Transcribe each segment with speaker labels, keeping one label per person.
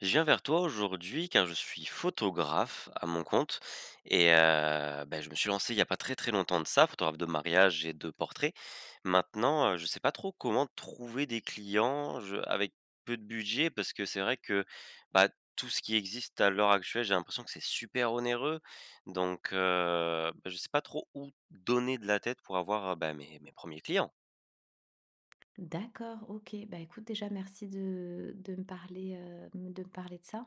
Speaker 1: Je viens vers toi aujourd'hui car je suis photographe à mon compte et bah, je me suis lancé il n'y a pas très, très longtemps de ça, photographe de mariage et de portrait. Maintenant, je ne sais pas trop comment trouver des clients, je avec peu de budget parce que c'est vrai que, bah, tout ce qui existe à l'heure actuelle, j'ai l'impression que c'est super onéreux donc bah, je ne sais pas trop où donner de la tête pour avoir, bah, mes 1ers clients.
Speaker 2: D'accord, OK. Bah, écoute, déjà, merci de me parler, de me parler de ça.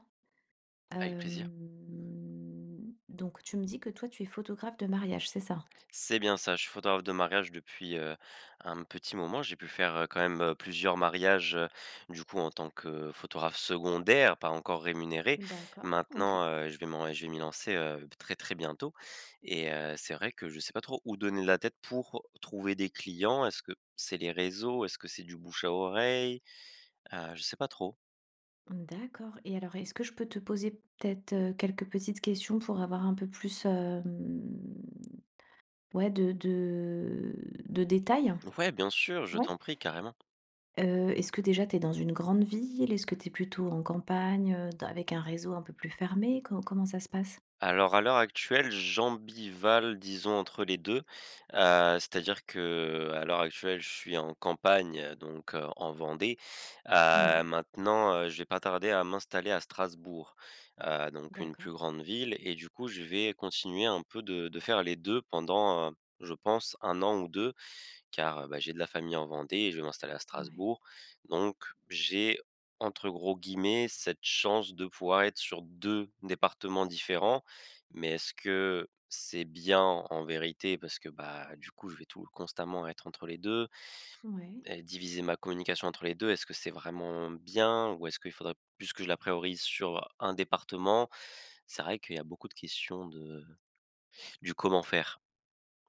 Speaker 1: Avec plaisir.
Speaker 2: Donc tu me dis que toi, tu es photographe de mariage, c'est ça?
Speaker 1: C'est bien ça, je suis photographe de mariage depuis, un petit moment. J'ai pu faire, quand même, plusieurs mariages, du coup en tant que photographe secondaire, pas encore rémunéré.
Speaker 2: D'accord, OK.
Speaker 1: Maintenant, je vais m'y lancer, très, très bientôt et c'est vrai que je ne sais pas trop où donner de la tête pour trouver des clients. Est-ce que c'est les réseaux? Est-ce que c'est du bouche à oreille? Je ne sais pas trop.
Speaker 2: D'accord. Et alors, est-ce que je peux te poser peut-être, quelques petites questions pour avoir un peu plus, ouais, de de détails?
Speaker 1: Ouais, bien sûr, je
Speaker 2: Ouais.
Speaker 1: t'en prie, carrément.
Speaker 2: Est-ce que déjà tu es dans une grande ville? Est-ce que tu es plutôt en campagne, d avec un réseau un peu plus fermé? Co Comment ça se passe?
Speaker 1: Alors à l'heure actuelle, j'ambivalve disons entre les deux, c'est-à-dire que à l'heure actuelle, je suis en campagne, donc en Vendée. Heu,
Speaker 2: Ouais,
Speaker 1: maintenant, je vais pas tarder à m'installer à Strasbourg, donc une
Speaker 2: d'accord.
Speaker 1: plus grande ville et du coup, je vais continuer un peu de faire les 2 pendant, je pense un an ou 2 car, bah, j'ai de la famille en Vendée et je vais m'installer à
Speaker 2: Ouais,
Speaker 1: Strasbourg. Donc j'ai, entre gros guillemets, «cette chance de pouvoir être sur 2 départements différents». Mais est-ce que c'est bien en vérité? Parce que, bah, du coup, je vais tout constamment être entre les 2,
Speaker 2: ouais.
Speaker 1: et diviser ma communication entre les 2. Est-ce que c'est vraiment bien? Ou est-ce qu'il faudrait plus que je la priorise sur un département? C'est vrai qu'il y a beaucoup de questions de du comment faire.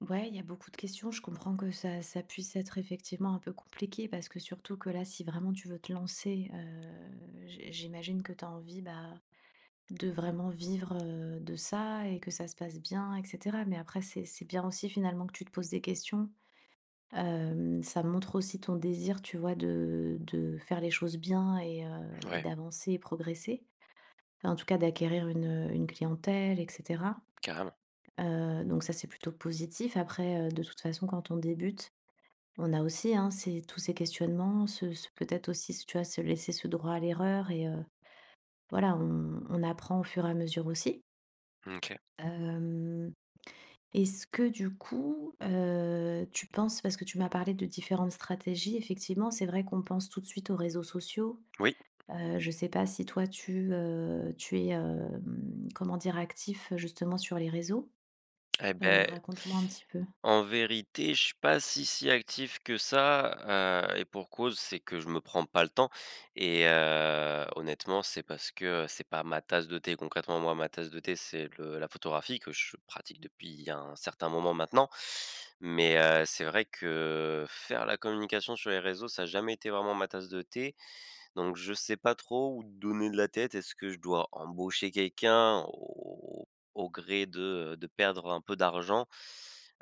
Speaker 2: Ouais, il y a beaucoup de questions. Je comprends que ça puisse être effectivement un peu compliqué parce que surtout que là, si vraiment tu veux te lancer, j'imagine que tu as envie, bah, de vraiment vivre, de ça et que ça se passe bien, etc. Mais après, c'est bien aussi finalement que tu te poses des questions. Ça montre aussi ton désir, tu vois, de faire les choses bien et
Speaker 1: Ouais,
Speaker 2: d'avancer et progresser. Enfin, en tout cas, d'acquérir une clientèle, etc.
Speaker 1: carrément.
Speaker 2: Donc ça, c'est plutôt positif. Après, de toute façon, quand on débute, on a aussi, hein, ces tous ces questionnements, ce peut-être aussi, tu vois, se laisser ce droit à l'erreur et voilà, on apprend au fur et à mesure aussi.
Speaker 1: OK.
Speaker 2: Hem, Est-ce que du coup, tu penses, parce que tu m'as parlé de différentes stratégies, effectivement, c'est vrai qu'on pense tout de suite aux réseaux sociaux.
Speaker 1: Oui,
Speaker 2: Je ne sais pas si toi tu, tu es, comment dire? Actif, justement, sur les réseaux?
Speaker 1: eh ben.
Speaker 2: Raconte-moi un petit peu.
Speaker 1: En vérité, je suis pas si, si actif que ça, et pour cause, c'est que je me prends pas le temps et honnêtement, c'est parce que, c'est pas ma tasse de thé. Concrètement, moi, ma tasse de thé, c'est le la photographie que je pratique depuis un certain moment maintenant, mais c'est vrai que faire la communication sur les réseaux, ça a jamais été vraiment ma tasse de thé donc je sais pas trop où donner de la tête. Est-ce que je dois embaucher quelqu'un au gré de perdre un peu d'argent,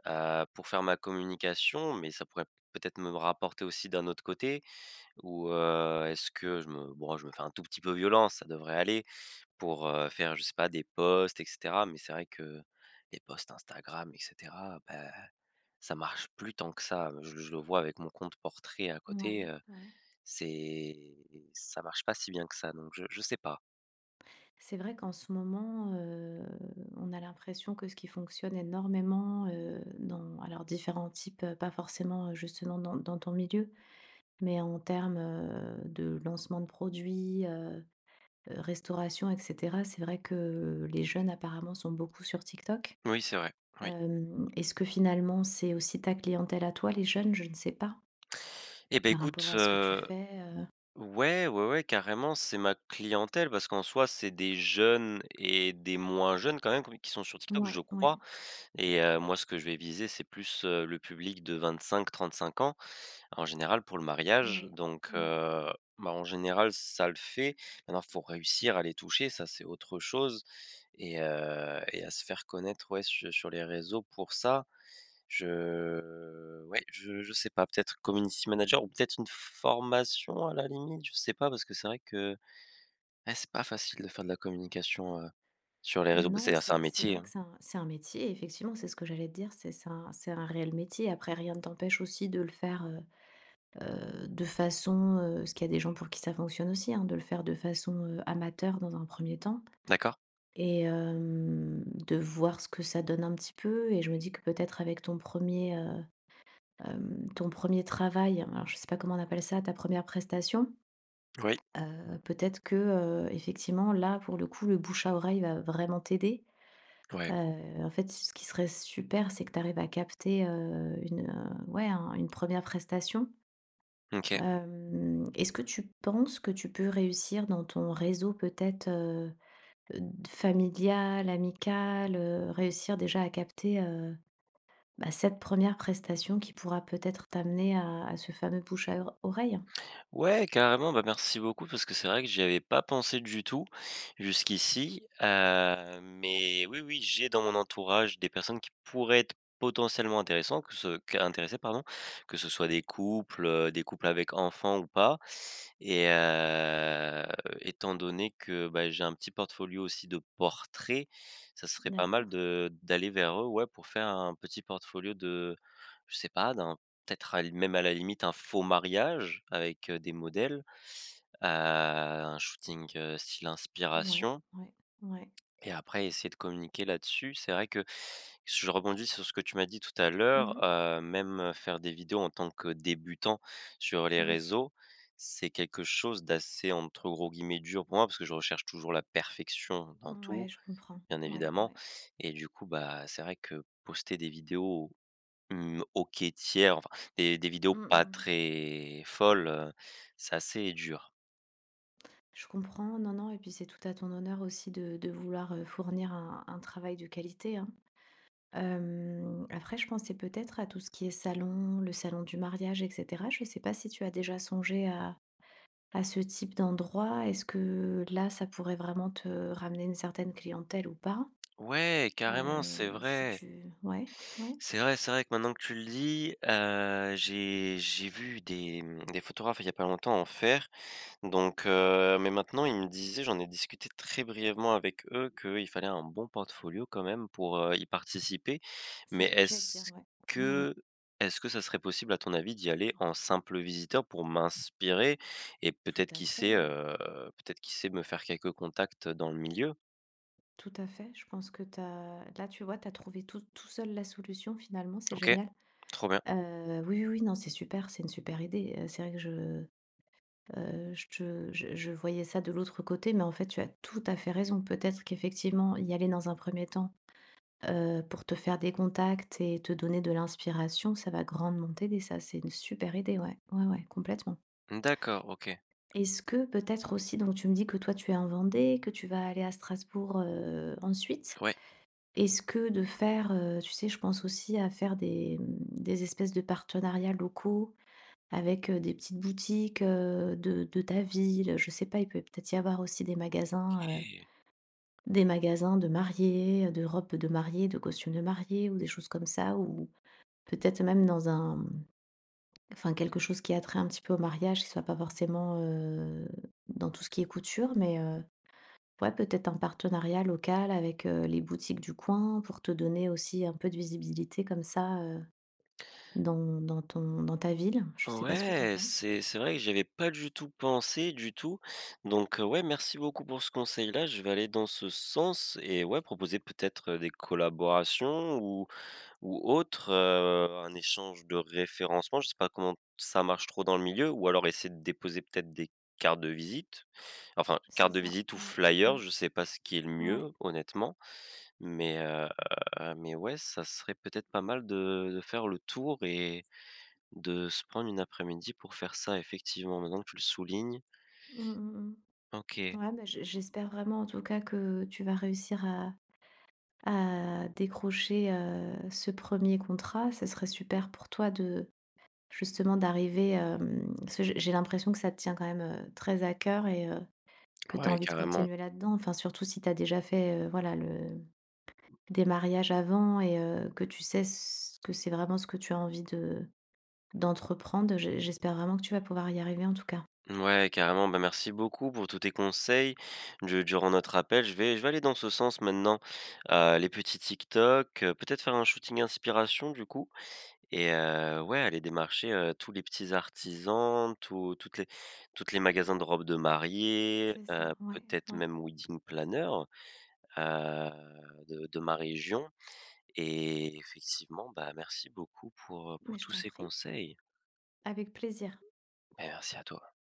Speaker 1: pour faire ma communication? Mais ça pourrait peut-être me rapporter aussi d'un autre côté? Ou, est-ce que je me bon, je me fais un tout petit peu violence, ça devrait aller pour, faire, je sais pas, des posts et cetera. Mais c'est vrai que les posts Instagram et cetera, bah, ça marche plus tant que ça. Je le vois avec mon compte portrait à
Speaker 2: Ouais,
Speaker 1: côté,
Speaker 2: ouais.
Speaker 1: c'est ça marche pas si bien que ça, donc je sais pas.
Speaker 2: C'est vrai qu'en ce moment, on a l'impression que ce qui fonctionne énormément, dans alors différents types, pas forcément, justement dans ton milieu, mais en termes, de lancement de produits, restauration et cetera. C'est vrai que les jeunes apparemment sont beaucoup sur TikTok.
Speaker 1: Oui, c'est vrai, oui.
Speaker 2: Est-ce que finalement c'est aussi ta clientèle à toi, les jeunes? Je ne sais pas,
Speaker 1: Et ben
Speaker 2: par
Speaker 1: écoute,
Speaker 2: rapport à ce que tu fais, heu?
Speaker 1: ouais, ouais, ouais, carrément, c'est ma clientèle parce qu'en soi, c'est des jeunes et des moins jeunes quand même qui sont sur TikTok, je
Speaker 2: Ouais, ouais,
Speaker 1: crois et moi, ce que je vais viser, c'est plus, le public de 25-35 ans, en général pour le mariage
Speaker 2: ouais,
Speaker 1: donc
Speaker 2: ouais.
Speaker 1: bah, en général, ça le fait. Maintenant, il faut réussir à les toucher, ça, c'est autre chose et à se faire connaître, ouais, su sur les réseaux pour ça. Je ouais, je sais pas, peut-être community manager ou peut-être une formation à la limite, je sais pas parce que c'est vrai que, c'est pas facile de faire de la communication, sur les réseaux. Bah,
Speaker 2: Non,
Speaker 1: c'est-à-dire c'est un
Speaker 2: c'est
Speaker 1: métier,
Speaker 2: vrai que
Speaker 1: hein.
Speaker 2: c'est un métier, effectivement, c'est ce que j'allais te dire, c'est un c'est un réel métier. Après, rien ne t'empêche aussi de le faire, de façon, parce qu'il y a des gens pour qui ça fonctionne aussi, hein, de le faire de façon, amateur dans un premier temps
Speaker 1: D'accord?
Speaker 2: et de voir ce que ça donne un petit peu. Et je me dis que peut-être avec ton premier, er ton premier travail, alors je sais pas comment on appelle ça, ta première prestation,
Speaker 1: Oui,
Speaker 2: peut-être que, effectivement, là, pour le coup, le bouche à oreille va vraiment t'aider.
Speaker 1: ouais,
Speaker 2: En fait, ce qui serait super, c'est que tu arrives à capter, une, ouais, un une première prestation.
Speaker 1: OK.
Speaker 2: Est-ce que tu penses que tu peux réussir dans ton réseau peut-être, d familial, amical, réussir déjà à capter, bah, cette première prestation qui pourra peut-être t'amener à ce fameux bouche à or oreille?
Speaker 1: Ouais, carrément, bah, merci beaucoup parce que c'est vrai que j'y avais pas pensé du tout jusqu'ici, mais oui, oui, j'ai dans mon entourage des personnes qui pourraient être potentiellement intéressantes, que ce qu intéressées pardon, que ce soit des couples avec enfants ou pas et étant donné que, bah, j'ai un petit portfolio aussi de portraits, ça serait pas
Speaker 2: D'accord.
Speaker 1: mal de d'aller vers eux, ouais, pour faire un petit portfolio de je sais pas, d'un peut-être à l même à la limite un faux mariage avec, des modèles, un shooting, style
Speaker 2: Ouais,
Speaker 1: inspiration
Speaker 2: ouais, ouais.
Speaker 1: et après essayer de communiquer là-dessus. C'est vrai que je rebondis sur ce que tu m'as dit tout à l'heure,
Speaker 2: Mmh.
Speaker 1: même, faire des vidéos en tant que débutant sur les
Speaker 2: Oui.
Speaker 1: réseaux, c'est quelque chose d'assez entre gros guillemets «dur» pour moi parce que je recherche toujours la perfection dans
Speaker 2: Ouais,
Speaker 1: tout,
Speaker 2: je comprends.
Speaker 1: bien
Speaker 2: Ouais,
Speaker 1: évidemment
Speaker 2: ouais.
Speaker 1: et du coup, bah, c'est vrai que poster des vidéos Mmh, OK tiers, enfin des vidéos
Speaker 2: Mmh
Speaker 1: pas
Speaker 2: mh.
Speaker 1: très folles, c'est assez dur.
Speaker 2: Je comprends, non, non, et puis c'est tout à ton honneur aussi de vouloir, fournir un travail de qualité, hein. Après, je pensais peut-être à tout ce qui est salon, le salon du mariage, etc. Je ne sais pas si tu as déjà songé à ce type d'endroit. Est-ce que là, ça pourrait vraiment te ramener une certaine clientèle ou pas?
Speaker 1: Ouais, carrément, c'est
Speaker 2: Si
Speaker 1: vrai.
Speaker 2: tu... Ouais, ouais,
Speaker 1: C'est vrai, c'est vrai que maintenant que tu le dis, j'ai vu des photographes il y a pas longtemps en faire. Donc mais maintenant ils me disaient, j'en ai discuté très brièvement avec eux, qu'il fallait un bon portfolio quand même pour, y participer.
Speaker 2: c'est
Speaker 1: Mais
Speaker 2: ce que j'allais te dire, ouais. Ouais, ouais,
Speaker 1: que est-ce que ça serait possible à ton avis d'y aller en simple visiteur pour m'inspirer et
Speaker 2: tout à fait.
Speaker 1: peut-être qui sait me faire quelques contacts dans le milieu?
Speaker 2: Tout à fait. Je pense que t'as... là, tu vois, tu as trouvé tout, tout seul la solution finalement. C'est
Speaker 1: OK,
Speaker 2: génial.
Speaker 1: trop bien.
Speaker 2: Oui, oui, oui, non, c'est super, c'est une super idée. C'est vrai que je te je voyais ça de l'autre côté, mais en fait, tu as tout à fait raison. Peut-être qu'effectivement, y aller dans un premier temps, pour te faire des contacts et te donner de l'inspiration, ça va grandement t'aider, ça. C'est une super idée, ouais. Ouais, ouais, complètement.
Speaker 1: D'accord, OK,
Speaker 2: Est-ce que peut-être aussi, donc tu me dis que toi, tu es en Vendée, que tu vas aller à Strasbourg, ensuite.
Speaker 1: ouais.
Speaker 2: Est-ce que de faire, tu sais, je pense aussi à faire des, des espèces de partenariats locaux, avec, des petites boutiques, de ta ville, je sais pas, il peut peut-être y avoir aussi des magasins de mariés, de robes de mariée, de costumes de mariée ou des choses comme ça, ou peut-être même dans un, enfin quelque chose qui a trait un petit peu au mariage qui soit pas forcément, dans tout ce qui est couture, mais, ouais, peut-être un partenariat local avec, les boutiques du coin pour te donner aussi un peu de visibilité comme ça, dans ton dans ta ville. Je sais pas ce que t'en
Speaker 1: Ouais,
Speaker 2: penses?
Speaker 1: c'est vrai que j'avais pas du tout pensé, du tout. Donc, ouais, merci beaucoup pour ce conseil-là. Je vais aller dans ce sens et ouais, proposer peut-être, des collaborations ou autre, un échange de référencement. Je sais pas comment ça marche trop dans le milieu ou alors essayer de déposer peut-être des cartes de visite, enfin,
Speaker 2: C'est
Speaker 1: cartes de
Speaker 2: ça,
Speaker 1: visite ou
Speaker 2: ouais,
Speaker 1: flyers,
Speaker 2: ouais.
Speaker 1: je sais pas ce qui est le
Speaker 2: Ouais.
Speaker 1: mieux, honnêtement. Mais, heu, mais ouais, ça serait peut-être pas mal de faire le tour et de se prendre une après-midi pour faire ça, effectivement, maintenant que tu le soulignes.
Speaker 2: Mmh mh, mmh.
Speaker 1: OK.
Speaker 2: Ouais, bah, je j'espère vraiment en tout cas que tu vas réussir à décrocher, ce premier contrat. Ce serait super pour toi de justement d'arriver, parce que j'ai l'impression que ça te tient quand même, très à cœur et que tu as
Speaker 1: Ouais,
Speaker 2: envie de
Speaker 1: carrément.
Speaker 2: continuer là-dedans. Enfin surtout si tu as déjà fait, voilà le des mariages avant et que tu sais ce que c'est, vraiment ce que tu as envie de d'entreprendre. J'espère vraiment que tu vas pouvoir y arriver en tout cas.
Speaker 1: Ouais, carrément. Bah, merci beaucoup pour tous tes conseils. Du durant notre appel, je vais aller dans ce sens maintenant. Les petits TikTok, peut-être faire un shooting inspiration du coup et ouais, aller démarcher, tous les petits artisans, tous toutes les magasins de robes de mariée,
Speaker 2: C'est ça, ouais,
Speaker 1: peut-être
Speaker 2: ouais.
Speaker 1: même wedding planner, heu, de ma région. Et effectivement, bah, merci beaucoup
Speaker 2: Mais
Speaker 1: pour
Speaker 2: je
Speaker 1: tous
Speaker 2: t'en
Speaker 1: ces
Speaker 2: prie.
Speaker 1: conseils.
Speaker 2: Avec plaisir.
Speaker 1: Beh, merci à toi.